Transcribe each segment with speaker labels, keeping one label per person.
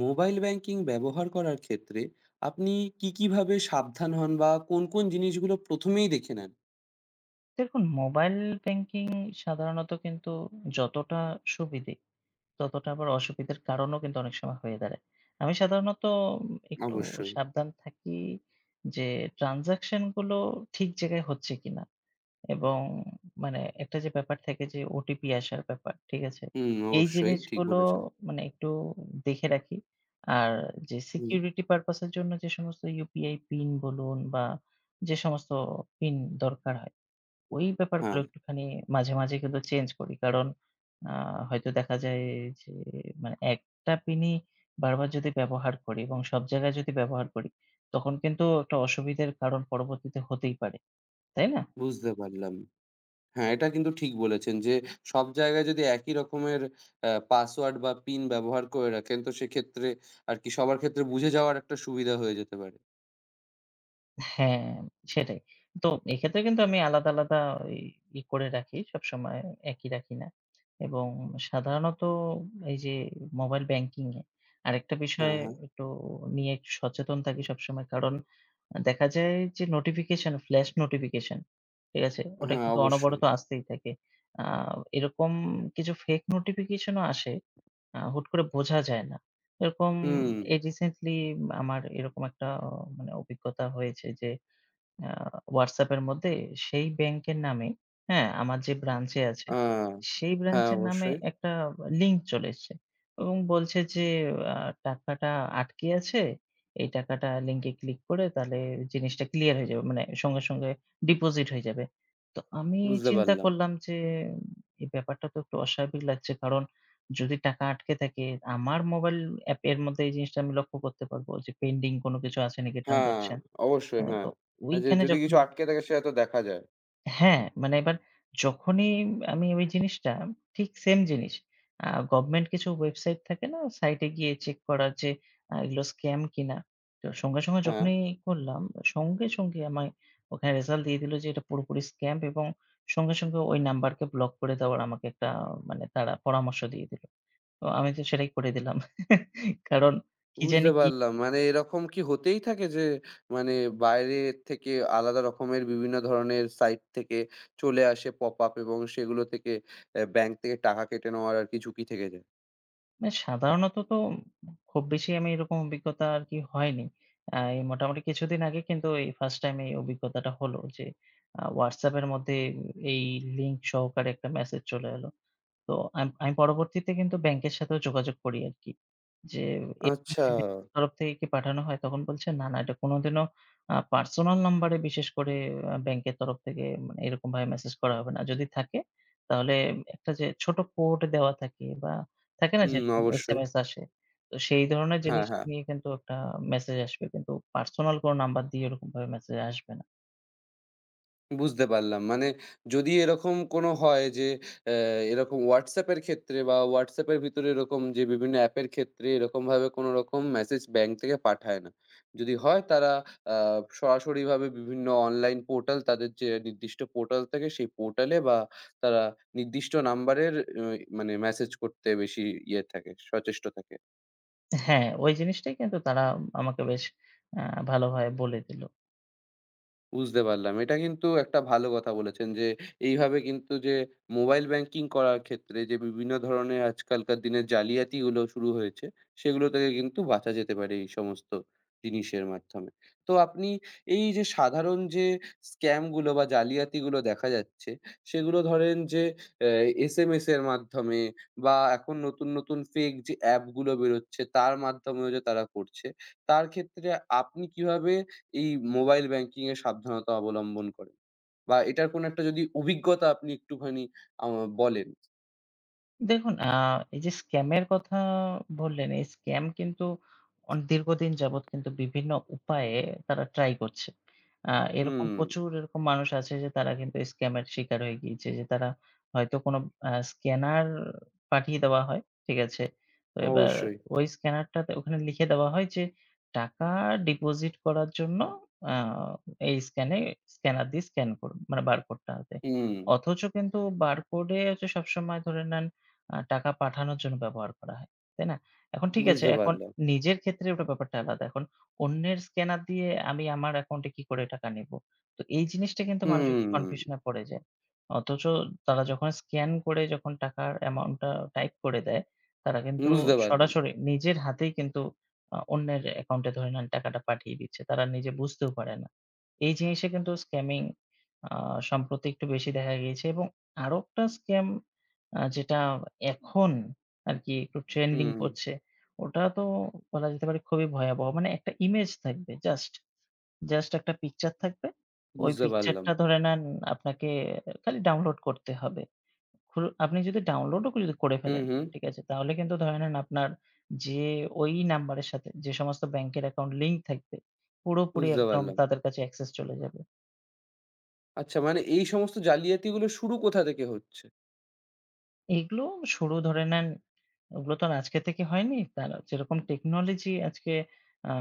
Speaker 1: Mobile banking ব্যবহার করার ক্ষেত্রে আপনি কিভাবে সাবধান হন বা কোন জিনিসগুলো প্রথমেই দেখে নেন?
Speaker 2: দেখুন, মোবাইল ব্যাংকিং সাধারণত কিন্তু যতটা সুবিধে, ততটা আবার অসুবিধার কারণও কিন্তু অনেক সময় হয়ে দাঁড়ায়। আমি সাধারণত একটু
Speaker 1: অবশ্যই।
Speaker 2: সাবধান থাকি যে ট্রান্সেকশন গুলো ঠিক জায়গায় হচ্ছে কিনা? এবং মানে একটা যে ব্যাপার থাকে যে ওটিপি আসার ব্যাপার, ঠিক আছে?
Speaker 1: হুম,
Speaker 2: এই
Speaker 1: অবশ্যই ঠিক
Speaker 2: জিনিসগুলো
Speaker 1: বলেছেন।
Speaker 2: মানে একটু দেখে রাখি। আর যে
Speaker 1: হুম,
Speaker 2: সিকিউরিটি পারপাস এর জন্য যে সমস্ত ইউপিআই পিন বলুন বা যে সমস্ত পিন দরকার হয় ওই ব্যাপারগুলো
Speaker 1: হ্যাঁ,
Speaker 2: একটুখানি মাঝে, মাঝে কিন্তু চেঞ্জ করি। কারণ আ হয়তো দেখা যায় যে মানে একটা পিনই বারবার যদি ব্যবহার করি এবং সব জায়গায় যদি ব্যবহার করি, তখন কিন্তু একটা অসুবিধার কারণ পরবর্তীতে হতেই পারে। তাই না?
Speaker 1: বুঝতে পারলাম। হ্যাঁ, এটা কিন্তু ঠিক বলেছেন যে সব জায়গায় যদি একই রকমের পাসওয়ার্ড বা পিন ব্যবহার করে রাখেন তো সেক্ষেত্রে আরকি সবার ক্ষেত্রে বুঝে যাওয়ার একটা সুবিধা হয়ে যেতে পারে।
Speaker 2: হ্যাঁ, সেটাই। তো এক্ষেত্রে কিন্তু আমি আলাদা, আলাদা ওই ই করে রাখি। সবসময় একই রাখি না। এবং সাধারণত এই যে মোবাইল ব্যাংকিং এ আরেকটা বিষয়
Speaker 1: হ্যাঁ, হ্যাঁ।
Speaker 2: একটু নিয়ে একটু সচেতন থাকি সবসময়। কারণ দেখা যায় যে নোটিফিকেশন, ফ্ল্যাশ নোটিফিকেশন, ঠিক আছে? ওটা
Speaker 1: হ্যাঁ,
Speaker 2: কিন্তু
Speaker 1: অবশ্যই।
Speaker 2: অনবরত আসতেই থাকে। আ এরকম কিছু ফেক নোটিফিকেশনও আসে, হুট করে বোঝা যায় না। এরকম
Speaker 1: হুম,
Speaker 2: এই রিসেন্টলি আমার এরকম একটা মানে অভিজ্ঞতা হয়েছে যে আ WhatsApp এর মধ্যে সেই ব্যাংকের নামে, হ্যাঁ? আমার যে ব্রাঞ্চে আছে,
Speaker 1: আ
Speaker 2: সেই
Speaker 1: হ্যাঁ,
Speaker 2: ব্রাঞ্চের নামে
Speaker 1: অবশ্যই।
Speaker 2: একটা লিঙ্ক চলে এসছে এবং বলছে যে আ টাকাটা আটকে আছে। এই টাকাটা লিঙ্কে ক্লিক করে তাহলে জিনিসটা ক্লিয়ার হয়ে যাবে। মানে সঙ্গে, সঙ্গে ডিপোজিট হয়ে যাবে। তো আমি
Speaker 1: বুঝতে
Speaker 2: চিন্তা
Speaker 1: পারলাম।
Speaker 2: করলাম যে উম, এই ব্যাপারটা তো একটু অস্বাভাবিক লাগছে। কারণ যদি টাকা আটকে থাকে আমার মোবাইল অ্যাপের মধ্যে এই জিনিসটা আমি লক্ষ্য করতে পারবো যে পেন্ডিং কোনো কিছু আছে নাকি
Speaker 1: হ্যাঁ,
Speaker 2: ট্রান্সেকশন।
Speaker 1: অবশ্যই
Speaker 2: তো
Speaker 1: হ্যাঁ। যে
Speaker 2: ওইখানে
Speaker 1: যদি কিছু
Speaker 2: যখনই
Speaker 1: আটকে থাকে সেটা তো দেখা যায়।
Speaker 2: হ্যাঁ, মানে এবার যখনই আমি ওই জিনিসটা ঠিক সেম জিনিস। গভর্নমেন্ট কিছু ওয়েবসাইট থাকে না? সাইটে গিয়ে চেক করা যে এগুলো স্ক্যাম কিনা? তো সঙ্গে, সঙ্গে
Speaker 1: হ্যাঁ,
Speaker 2: যখনই করলাম, সঙ্গে, সঙ্গে আমায় ওখানে রেজাল্ট দিয়ে দিল যে এটা পুরোপুরি স্ক্যাম এবং সঙ্গে, সঙ্গে ওই নাম্বারকে ব্লক করে দেওয়ার আমাকে একটা মানে তারা পরামর্শ দিয়ে দিল। তো আমি তো সেটাই করে দিলাম। কারণ কি জানি
Speaker 1: বুঝতে
Speaker 2: কি।
Speaker 1: পারলাম। মানে এরকম কি হতেই থাকে যে মানে বাইরে থেকে আলাদা রকমের বিভিন্ন ধরনের সাইট থেকে চলে আসে পপআপ এবং সেগুলো থেকে ব্যাংক থেকে টাকা কেটে নেওয়ার আরকি ঝুঁকি থেকে যায়।
Speaker 2: না সাধারণত তো খুব বেশি আমি এরকম অভিজ্ঞতা আর কি হয়নি। এই মোটামুটি কিছুদিন আগে কিন্তু এই ফার্স্ট টাইম এই অভিজ্ঞতাটা হলো যে WhatsApp এর মধ্যে এই লিঙ্ক সহকারে একটা মেসেজ চলে এলো। তো আমি পরবর্তীতে কিন্তু ব্যাংকের সাথেও যোগাযোগ করি আরকি। যে এরকম
Speaker 1: আচ্ছা।
Speaker 2: কি ব্যাংকের তরফ থেকে কি পাঠানো হয়? তখন বলছে, "না, না, এটা কোনোদিনও পার্সোনাল নাম্বারে বিশেষ করে ব্যাংকের তরফ থেকে মানে এরকমভাবে মেসেজ করা হবে না। যদি থাকে তাহলে একটা যে ছোট কোড দেওয়া থাকে বা থাকে না
Speaker 1: হুম,
Speaker 2: যেরকম
Speaker 1: অবশ্যই।
Speaker 2: এসএমএস আসে। তো সেই ধরনের
Speaker 1: হ্যাঁ,
Speaker 2: জিনিস
Speaker 1: হ্যাঁ।
Speaker 2: নিয়ে কিন্তু একটা মেসেজ আসবে। কিন্তু পার্সোনাল কোনো নাম্বার দিয়ে এরকমভাবে মেসেজ আসবে না।"
Speaker 1: বুঝতে পারলাম। মানে যদি এরকম কোনো হয় যে অ্যা এরকম WhatsApp এর ক্ষেত্রে বা WhatsApp এর ভিতরে এরকম যে বিভিন্ন অ্যাপের ক্ষেত্রে এরকমভাবে কোনো রকম মেসেজ ব্যাংক থেকে পাঠায় না। যদি হয় তারা আ সরাসরিভাবে বিভিন্ন অনলাইন পোর্টাল তাদের যে নির্দিষ্ট পোর্টাল থাকে সেই পোর্টালে বা তারা নির্দিষ্ট নাম্বারের অ মানে মেসেজ করতে বেশি ইয়ে থাকে, সচেষ্ট থাকে।
Speaker 2: হ্যাঁ, ওই জিনিসটাই কিন্তু তারা আমাকে বেশ আ ভালোভাবে বলে দিল।
Speaker 1: বুঝতে পারলাম। এটা কিন্তু একটা ভালো কথা বলেছেন যে এইভাবে কিন্তু যে মোবাইল ব্যাংকিং করার ক্ষেত্রে যে বিভিন্ন ধরনের আজকালকার দিনে জালিয়াতিগুলো শুরু হয়েছে, সেগুলো থেকে কিন্তু বাঁচা যেতে পারে এই সমস্ত জিনিসের মাধ্যমে। তো আপনি এই যে সাধারণ যে স্ক্যামগুলো বা জালিয়াতিগুলো দেখা যাচ্ছে, সেগুলো ধরেন যে অ্যা এসএমএস এর মাধ্যমে বা এখন নতুন, নতুন ফেক যে অ্যাপগুলো বেরোচ্ছে তার মাধ্যমেও যে তারা করছে, তার ক্ষেত্রে আপনি কিভাবে এই মোবাইল ব্যাংকিং এ সাবধানতা অবলম্বন করেন? বা এটার কোনো একটা যদি অভিজ্ঞতা আপনি একটুখানি আ বলেন।
Speaker 2: দেখুন, এই যে স্ক্যামের কথা বললেন, এই স্ক্যাম কিন্তু দীর্ঘদিন যাবৎ কিন্তু বিভিন্ন উপায়ে তারা ট্রাই করছে। আ এরকম
Speaker 1: হুম,
Speaker 2: প্রচুর এরকম মানুষ আছে যে তারা কিন্তু স্ক্যামের শিকার হয়ে গিয়েছে। যে তারা হয়তো কোনো স্ক্যানার পাঠিয়ে দেওয়া হয়। ঠিক আছে? তো এবার
Speaker 1: অবশ্যই।
Speaker 2: ওই স্ক্যানারটাতে ওখানে লিখে দেওয়া হয় যে টাকা ডিপোজিট করার জন্য আ এই স্ক্যানে স্ক্যানার দিয়ে স্ক্যান করুন। মানে বারকোডটাতে।
Speaker 1: হুম,
Speaker 2: অথচ কিন্তু বারকোডে হচ্ছে সবসময় ধরে নেন টাকা পাঠানোর জন্য ব্যবহার করা হয়। তাই না? এখন ঠিক আছে,
Speaker 1: বুঝতে
Speaker 2: এখন
Speaker 1: পারলাম।
Speaker 2: নিজের ক্ষেত্রে ওটা ব্যাপারটা আলাদা। এখন অন্যের স্ক্যানার দিয়ে আমি আমার অ্যাকাউন্টে কি করে টাকা নিবো? তো এই জিনিসটা কিন্তু মানুষ একটু
Speaker 1: হুম,
Speaker 2: কনফিউশন এ পড়ে যায়। অথচ তারা যখন স্ক্যান করে যখন টাকার অ্যামাউন্টটা টাইপ করে দেয়, তারা কিন্তু
Speaker 1: বুঝতে পারলাম।
Speaker 2: সরাসরি নিজের হাতেই কিন্তু অন্যের অ্যাকাউন্টে ধরে নেন টাকাটা পাঠিয়ে দিচ্ছে। তারা নিজে বুঝতেও পারে না। এই জিনিসে কিন্তু স্ক্যামিং আ সম্প্রতি একটু বেশি দেখা গিয়েছে এবং আরো একটা স্ক্যাম যেটা এখন আরকি একটু ট্রেন্ডিং
Speaker 1: হুম,
Speaker 2: করছে, ওটা তো বলা যেতে পারে খুবই ভয়াবহ। মানে একটা ইমেজ থাকবে জাস্ট একটা পিকচার থাকবে। ওই
Speaker 1: বুঝতে পারলাম।
Speaker 2: পিকচারটা ধরে নেন আপনাকে খালি ডাউনলোড করতে হবে। আপনি যদি ডাউনলোডও যদি করে
Speaker 1: হুম,
Speaker 2: ফেলেন,
Speaker 1: হুম,
Speaker 2: ঠিক আছে? তাহলে কিন্তু ধরে নেন আপনার যে ওই নাম্বারের সাথে যে সমস্ত ব্যাংকের অ্যাকাউন্ট লিংক থাকবে, পুরোপুরি
Speaker 1: বুঝতে
Speaker 2: একদম
Speaker 1: পারলাম।
Speaker 2: তাদের কাছে অ্যাক্সেস চলে যাবে।
Speaker 1: আচ্ছা মানে এই সমস্ত জালিয়াতিগুলো শুরু কোথা থেকে হচ্ছে?
Speaker 2: এগুলো শুরু ধরে নেন, ওগুলো তো আর আজকে থেকে হয়নি। তারা যেরকম টেকনোলজি আজকে আ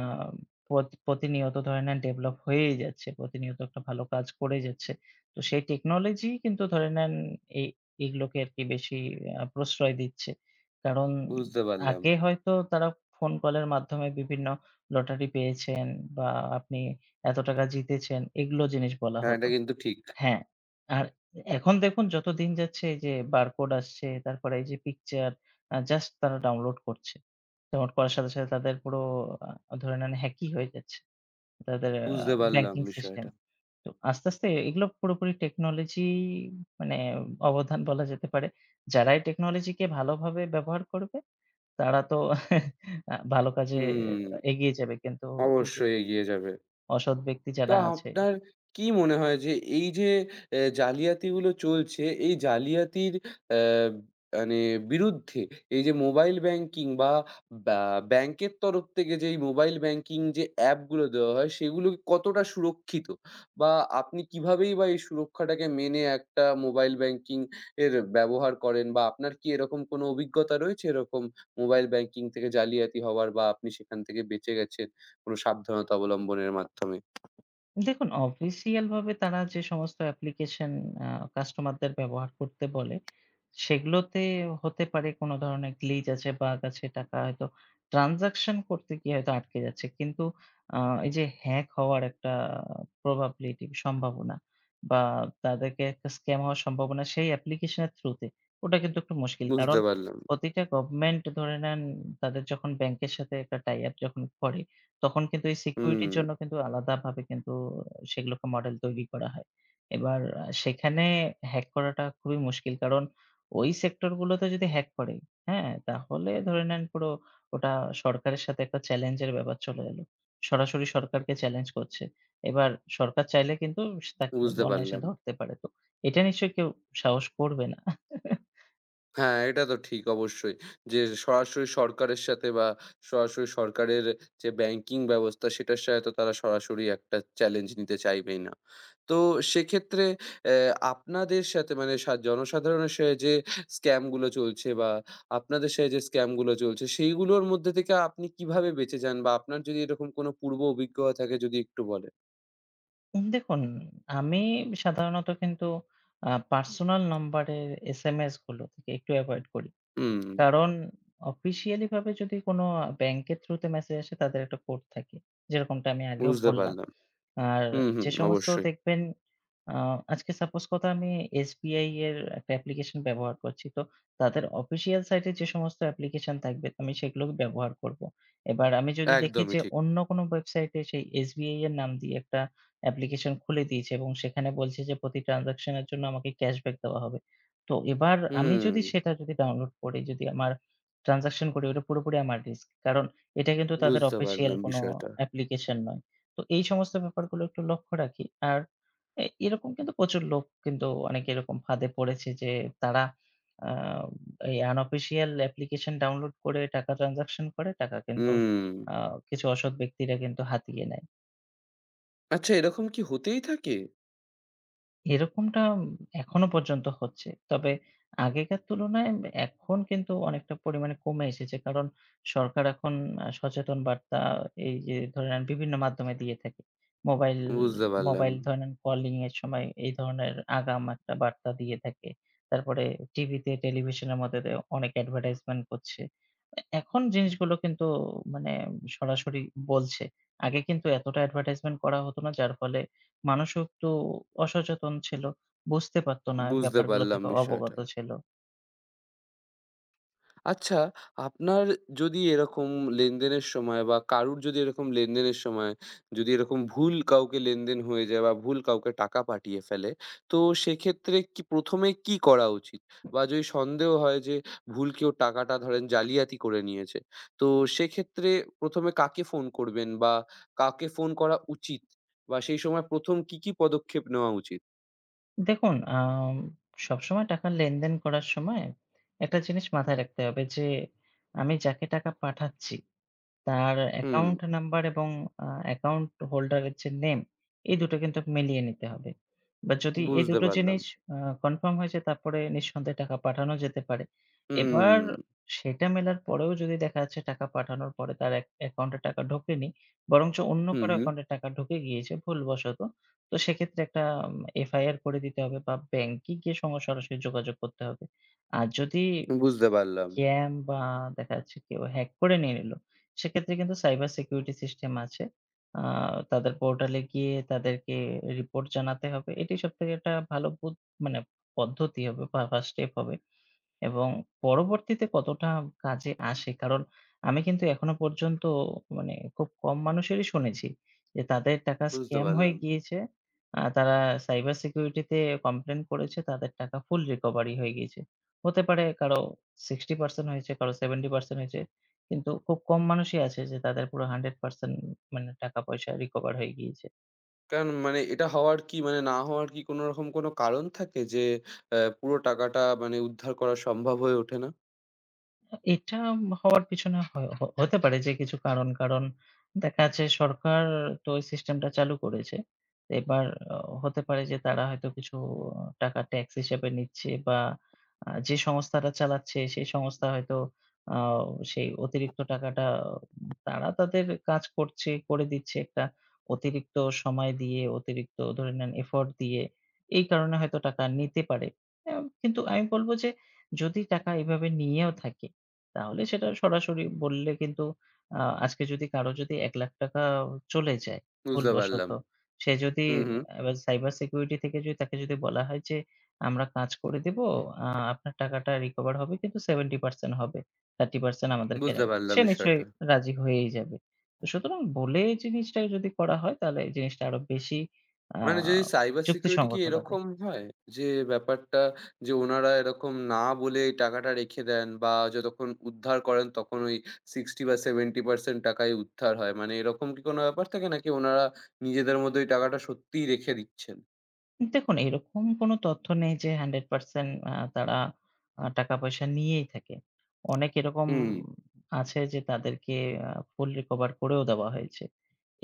Speaker 2: প্রতিনিয়ত ধরে নেন ডেভেলপ হয়েই যাচ্ছে। প্রতিনিয়ত একটা ভালো কাজ করে যাচ্ছে। তো সেই টেকনোলজি কিন্তু ধরে নেন এই এগুলোকে আরকি বেশি প্রশ্রয় দিচ্ছে। কারণ
Speaker 1: বুঝতে পারলাম।
Speaker 2: আগে হয়তো তারা ফোন কলের মাধ্যমে বিভিন্ন লটারি পেয়েছেন বা আপনি এত টাকা জিতেছেন, এগুলো জিনিস বলা
Speaker 1: হ্যাঁ,
Speaker 2: হতো।
Speaker 1: এটা কিন্তু ঠিক।
Speaker 2: হ্যাঁ, আর এখন দেখুন যত দিন যাচ্ছে এই যে বারকোড আসছে, তারপরে এই যে পিকচার জাস্ট তারা ডাউনলোড করছে। ডাউনলোড করার সাথে, সাথে তাদের পুরো ধরে নেন হ্যাকি হয়ে যাচ্ছে। তাদের আ
Speaker 1: বুঝতে পারলাম
Speaker 2: ব্যাংকিং সিস্টেম।
Speaker 1: বিষয়টা।
Speaker 2: তো আস্তে, আস্তে এগুলো পুরোপুরি টেকনোলজি মানে অবদান বলা যেতে পারে। যারা এই টেকনোলজিকে ভালোভাবে ব্যবহার করবে, তারা তো ভালো কাজে
Speaker 1: হুম,
Speaker 2: এগিয়ে যাবে। কিন্তু এই যে
Speaker 1: অবশ্যই এগিয়ে যাবে।
Speaker 2: অসৎ ব্যক্তি
Speaker 1: তো
Speaker 2: যারা আছে।
Speaker 1: আপনার কি মনে হয় যে এই যে জালিয়াতিগুলো চলছে, এই জালিয়াতির অ্যা মানে বিরুদ্ধে এই যে মোবাইল ব্যাংকিং বা ব্যা ব্যাংকের তরফ থেকে যে এই মোবাইল ব্যাংকিং যে অ্যাপগুলো দেওয়া হয় সেগুলো কতটা সুরক্ষিত? বা আপনি কিভাবেই বা এই সুরক্ষাটাকে মেনে একটা মোবাইল ব্যাংকিং এর ব্যবহার করেন? বা আপনার কি এরকম কোনো অভিজ্ঞতা রয়েছে এরকম মোবাইল ব্যাংকিং থেকে জালিয়াতি হওয়ার বা আপনি সেখান থেকে বেঁচে গেছেন কোনো সাবধানতা অবলম্বনের মাধ্যমে?
Speaker 2: দেখুন, অফিসিয়াল ভাবে তারা যে সমস্ত অ্যাপ্লিকেশন আ কাস্টমারদের ব্যবহার করতে বলে, সেগুলোতে হতে পারে কোন ধরনের গ্লিচ আছে, বাগ আছে, টাকা হয়তো ট্রান্সেকশন করতে গিয়ে হয়তো আটকে যাচ্ছে। কিন্তু আ এই যে হ্যাক হওয়ার একটা প্রবাবিলিটি সম্ভাবনা বা তাদেরকে একটা স্ক্যাম হওয়ার সম্ভাবনা সেই অ্যাপ্লিকেশনের থ্রুতে, ওটা কিন্তু একটু মুশকিল। কারণ
Speaker 1: বুঝতে পারলাম।
Speaker 2: প্রতিটা গভর্নমেন্ট ধরে নেন তাদের যখন ব্যাংকের সাথে একটা টাই আপ যখন করে তখন কিন্তু এই
Speaker 1: হুম,
Speaker 2: সিকিউরিটির জন্য কিন্তু আলাদাভাবে কিন্তু সেগুলোকে মডেল তৈরি করা হয়। এবার সেখানে হ্যাক করাটা খুবই মুশকিল। কারণ ওই সেক্টর গুলোতে যদি হ্যাক করে, হ্যাঁ? তাহলে ধরে নেন পুরো ওটা সরকারের সাথে একটা চ্যালেঞ্জ এর ব্যাপার চলে এলো। সরাসরি সরকারকে চ্যালেঞ্জ করছে। এবার সরকার চাইলে কিন্তু তাকে
Speaker 1: বুঝতে
Speaker 2: অনায়াসে
Speaker 1: পারলাম।
Speaker 2: ধরতে পারে। তো এটা নিশ্চয়ই কেউ সাহস করবে না।
Speaker 1: হ্যাঁ, এটা তো ঠিক অবশ্যই। যে সরাসরি সরকারের সাথে বা সরাসরি সরকারের যে ব্যাংকিং ব্যবস্থা সেটার সাথে তো তারা সরাসরি একটা চ্যালেঞ্জ নিতে চাইবেই না। তো সেক্ষেত্রে অ্যা আপনাদের সাথে মানে জনসাধারণের সাথে যে স্ক্যাম গুলো চলছে বা আপনাদের সাথে যে স্ক্যাম গুলো চলছে সেইগুলোর মধ্যে থেকে আপনি কিভাবে বেঁচে যান? বা আপনার যদি এরকম কোনো পূর্ব অভিজ্ঞতা থাকে যদি একটু বলেন?
Speaker 2: দেখুন, আমি সাধারণত কিন্তু পার্সোনাল নাম্বারের এসএমএস গুলো থেকে একটু এভয়েড করি।
Speaker 1: হুম,
Speaker 2: কারণ অফিসিয়ালি ভাবে যদি কোনো ব্যাংকের থ্রুতে মেসেজ আসে তাদের একটা কোড থাকে। যেরকমটা আমি আগেও
Speaker 1: বুঝতে
Speaker 2: বললাম।
Speaker 1: পারলাম।
Speaker 2: আর
Speaker 1: হুম, হুম,
Speaker 2: যে সমস্ত
Speaker 1: অবশ্যই।
Speaker 2: দেখবেন আ আজকে সাপোজ কথা আমি এসবিআই এর একটা অ্যাপ্লিকেশন ব্যবহার করছি। তো তাদের অফিসিয়াল সাইটে যে সমস্ত অ্যাপ্লিকেশন থাকবে আমি সেগুলো ব্যবহার করব। এবার আমি যদি দেখি
Speaker 1: একদমই
Speaker 2: যে
Speaker 1: ঠিক।
Speaker 2: অন্য কোনো ওয়েবসাইটে সেই এসবিআই এর নাম দিয়ে একটা অ্যাপ্লিকেশন খুলে দিয়েছে এবং সেখানে বলছে যে প্রতি ট্রান্সেকশন এর জন্য আমাকে ক্যাশব্যাক দেওয়া হবে। তো এবার আমি
Speaker 1: হুম,
Speaker 2: যদি সেটা যদি ডাউনলোড করি, যদি আমার ট্রান্সেকশন করি ওটা পুরোপুরি আমার রিস্ক। কারণ এটা কিন্তু তাদের
Speaker 1: বুঝতে
Speaker 2: অফিসিয়াল
Speaker 1: পারলাম
Speaker 2: কোনো
Speaker 1: বিষয়টা।
Speaker 2: অ্যাপ্লিকেশন নয়। তো এই সমস্ত ব্যাপারগুলো একটু লক্ষ্য রাখি। আর এরকম কিন্তু প্রচুর লোক কিন্তু অনেকে এরকম ফাঁদে পড়েছে যে তারা আ এই unofficial অ্যাপ্লিকেশন ডাউনলোড করে টাকা ট্রান্সেকশন করে। টাকা কিন্তু
Speaker 1: হুম।
Speaker 2: আ কিছু অসৎ ব্যক্তিরা কিন্তু হাতিয়ে নেয়।
Speaker 1: আচ্ছা এরকম কি হতেই থাকে?
Speaker 2: এরকমটা এখনো পর্যন্ত হচ্ছে। তবে আগেকার তুলনায় এখন কিন্তু অনেকটা পরিমাণে কমে এসেছে। কারণ সরকার এখন সচেতন বার্তা এই যে ধরে নেন বিভিন্ন মাধ্যমে দিয়ে থাকে। মোবাইল
Speaker 1: বুঝতে পারলাম,
Speaker 2: মোবাইল ধরে নেন কলিং এর সময় এই ধরনের আগাম একটা বার্তা দিয়ে থাকে। তারপরে টিভিতে, টেলিভিশনের মধ্যে দিয়ে অনেক অ্যাডভার্টাইজমেন্ট করছে। এখন জিনিসগুলো কিন্তু মানে সরাসরি বলছে। আগে কিন্তু এতটা অ্যাডভার্টাইজমেন্ট করা হতো না যার ফলে মানুষও তো অসচেতন ছিল। বুঝতে পারত না
Speaker 1: বুঝতে
Speaker 2: ব্যাপারগুলো
Speaker 1: পারলাম
Speaker 2: থেকে অবগত
Speaker 1: বিষয়টা।
Speaker 2: ছিল।
Speaker 1: আচ্ছা, আপনার যদি এরকম লেনদেনের সময় বা কারুর যদি এরকম লেনদেনের সময় যদি এরকম ভুল কাউকে লেনদেন হয়ে যায় বা ভুল কাউকে টাকা পাঠিয়ে ফেলে, তো সেক্ষেত্রে কি ১ম এ কি করা উচিত? বা যদি সন্দেহ হয় যে ভুল কেউ টাকাটা ধরেন জালিয়াতি করে নিয়েছে, তো সেক্ষেত্রে ১ম এ কাকে ফোন করবেন বা কাকে ফোন করা উচিত? বা সেই সময় ১ম কি পদক্ষেপ নেওয়া উচিত?
Speaker 2: দেখুন সবসময় টাকা লেনদেন করার সময় একটা জিনিস মাথায় রাখতে হবে যে, আমি যাকে টাকা পাঠাচ্ছি তার
Speaker 1: হুম,
Speaker 2: অ্যাকাউন্ট নাম্বার এবং অ্যাকাউন্ট হোল্ডার এর যে নেম, এই ২ টো কিন্তু মিলিয়ে নিতে হবে। বা যদি এই ২
Speaker 1: বুঝতে
Speaker 2: টো
Speaker 1: পারলাম।
Speaker 2: জিনিস আ কনফার্ম হয়ে যায় তারপরে নিঃসন্দেহে টাকা পাঠানো যেতে পারে। এবার
Speaker 1: হুম,
Speaker 2: সেটা মেলার পরেও যদি দেখা যাচ্ছে টাকা পাঠানোর পরে তার অ্যাকাউন্টে টাকা ঢোকেনি, বরঞ্চ অন্য
Speaker 1: হুম,
Speaker 2: কারো
Speaker 1: হুম।
Speaker 2: অ্যাকাউন্টে টাকা ঢুকে গিয়েছে ভুলবশত। তো সেক্ষেত্রে একটা উম এফআইআর করে দিতে হবে বা ব্যাংকে গিয়ে সঙ্গে সরাসরি যোগাযোগ করতে হবে। আর যদি
Speaker 1: বুঝতে পারলাম,
Speaker 2: স্ক্যাম বা দেখা যাচ্ছে কেউ হ্যাক করে নিয়ে নিল, সেক্ষেত্রে কিন্তু সাইবার সিকিউরিটি সিস্টেম আছে। আ তাদের পোর্টালে গিয়ে তাদেরকে রিপোর্ট জানাতে হবে। এটি সবথেকে একটা ভালো মানে পদ্ধতি হবে বা ফার্স্ট স্টেপ হবে। এবং পরবর্তীতে কতটা কাজে আসে। কারণ আমি কিন্তু এখনো পর্যন্ত মানে খুব কম মানুষেরই শুনেছি যে তাদের টাকা
Speaker 1: বুঝতে
Speaker 2: স্ক্যাম হয়ে
Speaker 1: পারলাম।
Speaker 2: গিয়েছে। তারা সাইবার সিকিউরিটিতে কমপ্লেইন করেছে, তাদের টাকা ফুল রিকভারি হয়ে গিয়েছে। হতে পারে কারো 60% হয়েছে, কারো 70% হয়েছে। কিন্তু খুব কম মানুষই আছে যে তাদের পুরো 100% মানে টাকা পয়সা রিকভার হয়ে গিয়েছে।
Speaker 1: কারণ মানে এটা হওয়ার কি মানে না হওয়ার কি কোনরকম কোনো কারণ থাকে যে পুরো টাকাটা মানে উদ্ধার করা সম্ভব হয়ে ওঠে না?
Speaker 2: এটা হওয়ার পিছনে হয় হ হতে পারে যে কিছু কারণ। কারণ দেখা যাচ্ছে সরকার তো ওই সিস্টেমটা চালু করেছে। তো এবার অ হতে পারে যে তারা হয়তো কিছু টাকা ট্যাক্স হিসেবে নিচ্ছে বা যে সংস্থাটা চালাচ্ছে সেই সংস্থা হয়তো আ সেই অতিরিক্ত টাকাটা তারা তাদের কাজ করছে, করে দিচ্ছে একটা অতিরিক্ত সময় দিয়ে, অতিরিক্ত ধরে নেন এফোর্ট দিয়ে। এই কারণে হয়তো টাকা নিতে পারে। অ্যা কিন্তু আমি বলব যে যদি টাকা এভাবে নিয়েও থাকে তাহলে সেটা সরাসরি বললে কিন্তু আ আজকে যদি কারো যদি ৳১,০০,০০০ চলে যায়
Speaker 1: বুঝতে
Speaker 2: ভুলবশত,
Speaker 1: পারলাম।
Speaker 2: সে যদি
Speaker 1: হুম, হুম।
Speaker 2: এবার সাইবার সিকিউরিটি থেকে যদি তাকে যদি বলা হয় যে, "আমরা কাজ করে দিব। আ আপনার টাকাটা রিকভার হবে কিন্তু 70% হবে। 30% আমাদেরকে"
Speaker 1: বুঝতে
Speaker 2: নেবে, সে
Speaker 1: পারলাম
Speaker 2: নিশ্চয়ই
Speaker 1: বিষয়টা।
Speaker 2: রাজি হয়েই যাবে। তো সুতরাং বলে জিনিসটা যদি করা হয় তাহলে এই জিনিসটা আরো বেশি আ
Speaker 1: মানে যদি সাইবার সিকিউরিটি কি
Speaker 2: যুক্তিসঙ্গত লাগে।
Speaker 1: এরকম হয়? যে ব্যাপারটা যে ওনারা এরকম না বলে এই টাকাটা রেখে দেন বা যতক্ষণ উদ্ধার করেন তখন ওই 60 বা 70% টাকাই উদ্ধার হয়। মানে এরকম কি কোনো ব্যাপার থাকে নাকি ওনারা নিজেদের মধ্যে ওই টাকাটা সত্যিই রেখে দিচ্ছেন?
Speaker 2: দেখুন, এরকম কোনো তথ্য নেই যে 100% তারা টাকা-পয়সা নিয়েই থাকে। অনেক এরকম
Speaker 1: হুম,
Speaker 2: আছে যে তাদেরকে ফুল রিকভার করেও দেওয়া হয়েছে।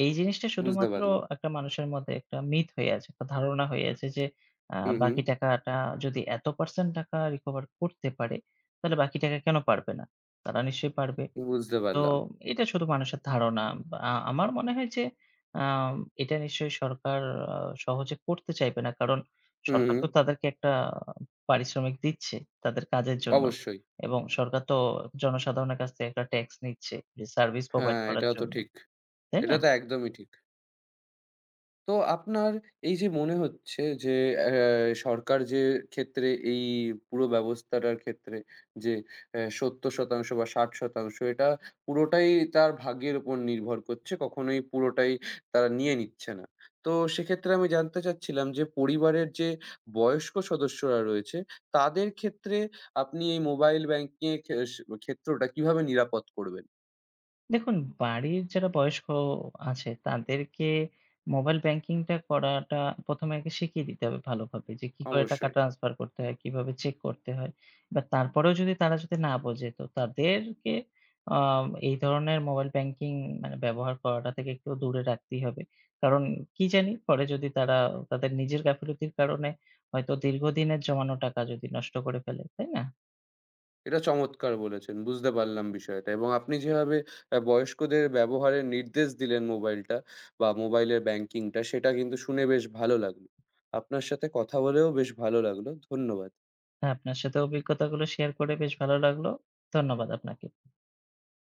Speaker 2: এই জিনিসটা
Speaker 1: বুঝতে
Speaker 2: শুধুমাত্র
Speaker 1: পারলাম।
Speaker 2: একটা মানুষের মধ্যে একটা মিথ হয়ে আছে, একটা ধারণা হয়ে আছে যে আ
Speaker 1: হুম, হুম।
Speaker 2: বাকি টাকাটা যদি এত % টাকা রিকভার করতে পারে, তাহলে বাকি টাকা কেন পারবে না? তারা নিশ্চয়ই পারবে।
Speaker 1: বুঝতে
Speaker 2: তো
Speaker 1: পারলাম।
Speaker 2: এটা শুধু মানুষের ধারণা। আমার মনে হয় যে আম এটা নিশ্চয়ই সরকার আ সহজে করতে চাইবে না। কারণ
Speaker 1: হুম,
Speaker 2: সরকার
Speaker 1: হুম।
Speaker 2: তো তাদেরকে একটা পারিশ্রমিক দিচ্ছে তাদের কাজের জন্য।
Speaker 1: অবশ্যই।
Speaker 2: এবং সরকার তো জনসাধারণের কাছ থেকে একটা ট্যাক্স নিচ্ছে যে সার্ভিস প্রোভাইড
Speaker 1: হ্যাঁ,
Speaker 2: করার
Speaker 1: এটাও তো
Speaker 2: জন্য।
Speaker 1: ঠিক।
Speaker 2: তাই
Speaker 1: এটা
Speaker 2: না?
Speaker 1: তো একদমই ঠিক। তো আপনার এই যে মনে হচ্ছে যে অ্যা সরকার যে ক্ষেত্রে এই পুরো ব্যবস্থাটার ক্ষেত্রে যে ৭০% বা ৬০% এটা পুরোটাই তার ভাগ্যের উপর নির্ভর করছে। কখনোই পুরোটাই তারা নিয়ে নিচ্ছে না। তো সেক্ষেত্রে আমি জানতে চাচ্ছিলাম যে পরিবারের যে বয়স্ক সদস্যরা রয়েছে, তাদের ক্ষেত্রে আপনি এই মোবাইল ব্যাংকিং এর ক্ষেত্রটা কিভাবে নিরাপদ করবেন?
Speaker 2: দেখুন, বাড়ির যারা বয়স্ক আছে তাদেরকে মোবাইল ব্যাংকিংটা করাটা ১ম এ আগে শিখিয়ে দিতে হবে ভালোভাবে যে কি করে টাকা
Speaker 1: অবশ্যই।
Speaker 2: ট্রান্সফার করতে হয়, কিভাবে চেক করতে হয়। বা তারপরেও যদি তারা যদি না বোঝে তো তাদেরকে আ এই ধরনের মোবাইল ব্যাংকিং মানে ব্যবহার করাটা থেকে একটু দূরে রাখতেই হবে। কারণ কি জানি পরে যদি তারা তাদের নিজের গাফিলতির কারণে হয়তো দীর্ঘদিনের জমানো টাকা যদি নষ্ট করে ফেলে, তাই না?
Speaker 1: এটা চমৎকার বলেছেন। বুঝতে পারলাম বিষয়টা এবং আপনি যেভাবে বয়স্কদের ব্যবহারের নির্দেশ দিলেন মোবাইলটা বা মোবাইলের ব্যাংকিংটা সেটা কিন্তু শুনে বেশ ভালো লাগলো। আপনার সাথে কথা বলেও বেশ ভালো লাগলো। ধন্যবাদ।
Speaker 2: তা আপনার সাথে অভিজ্ঞতাগুলো শেয়ার করে বেশ ভালো লাগলো। ধন্যবাদ আপনাকে।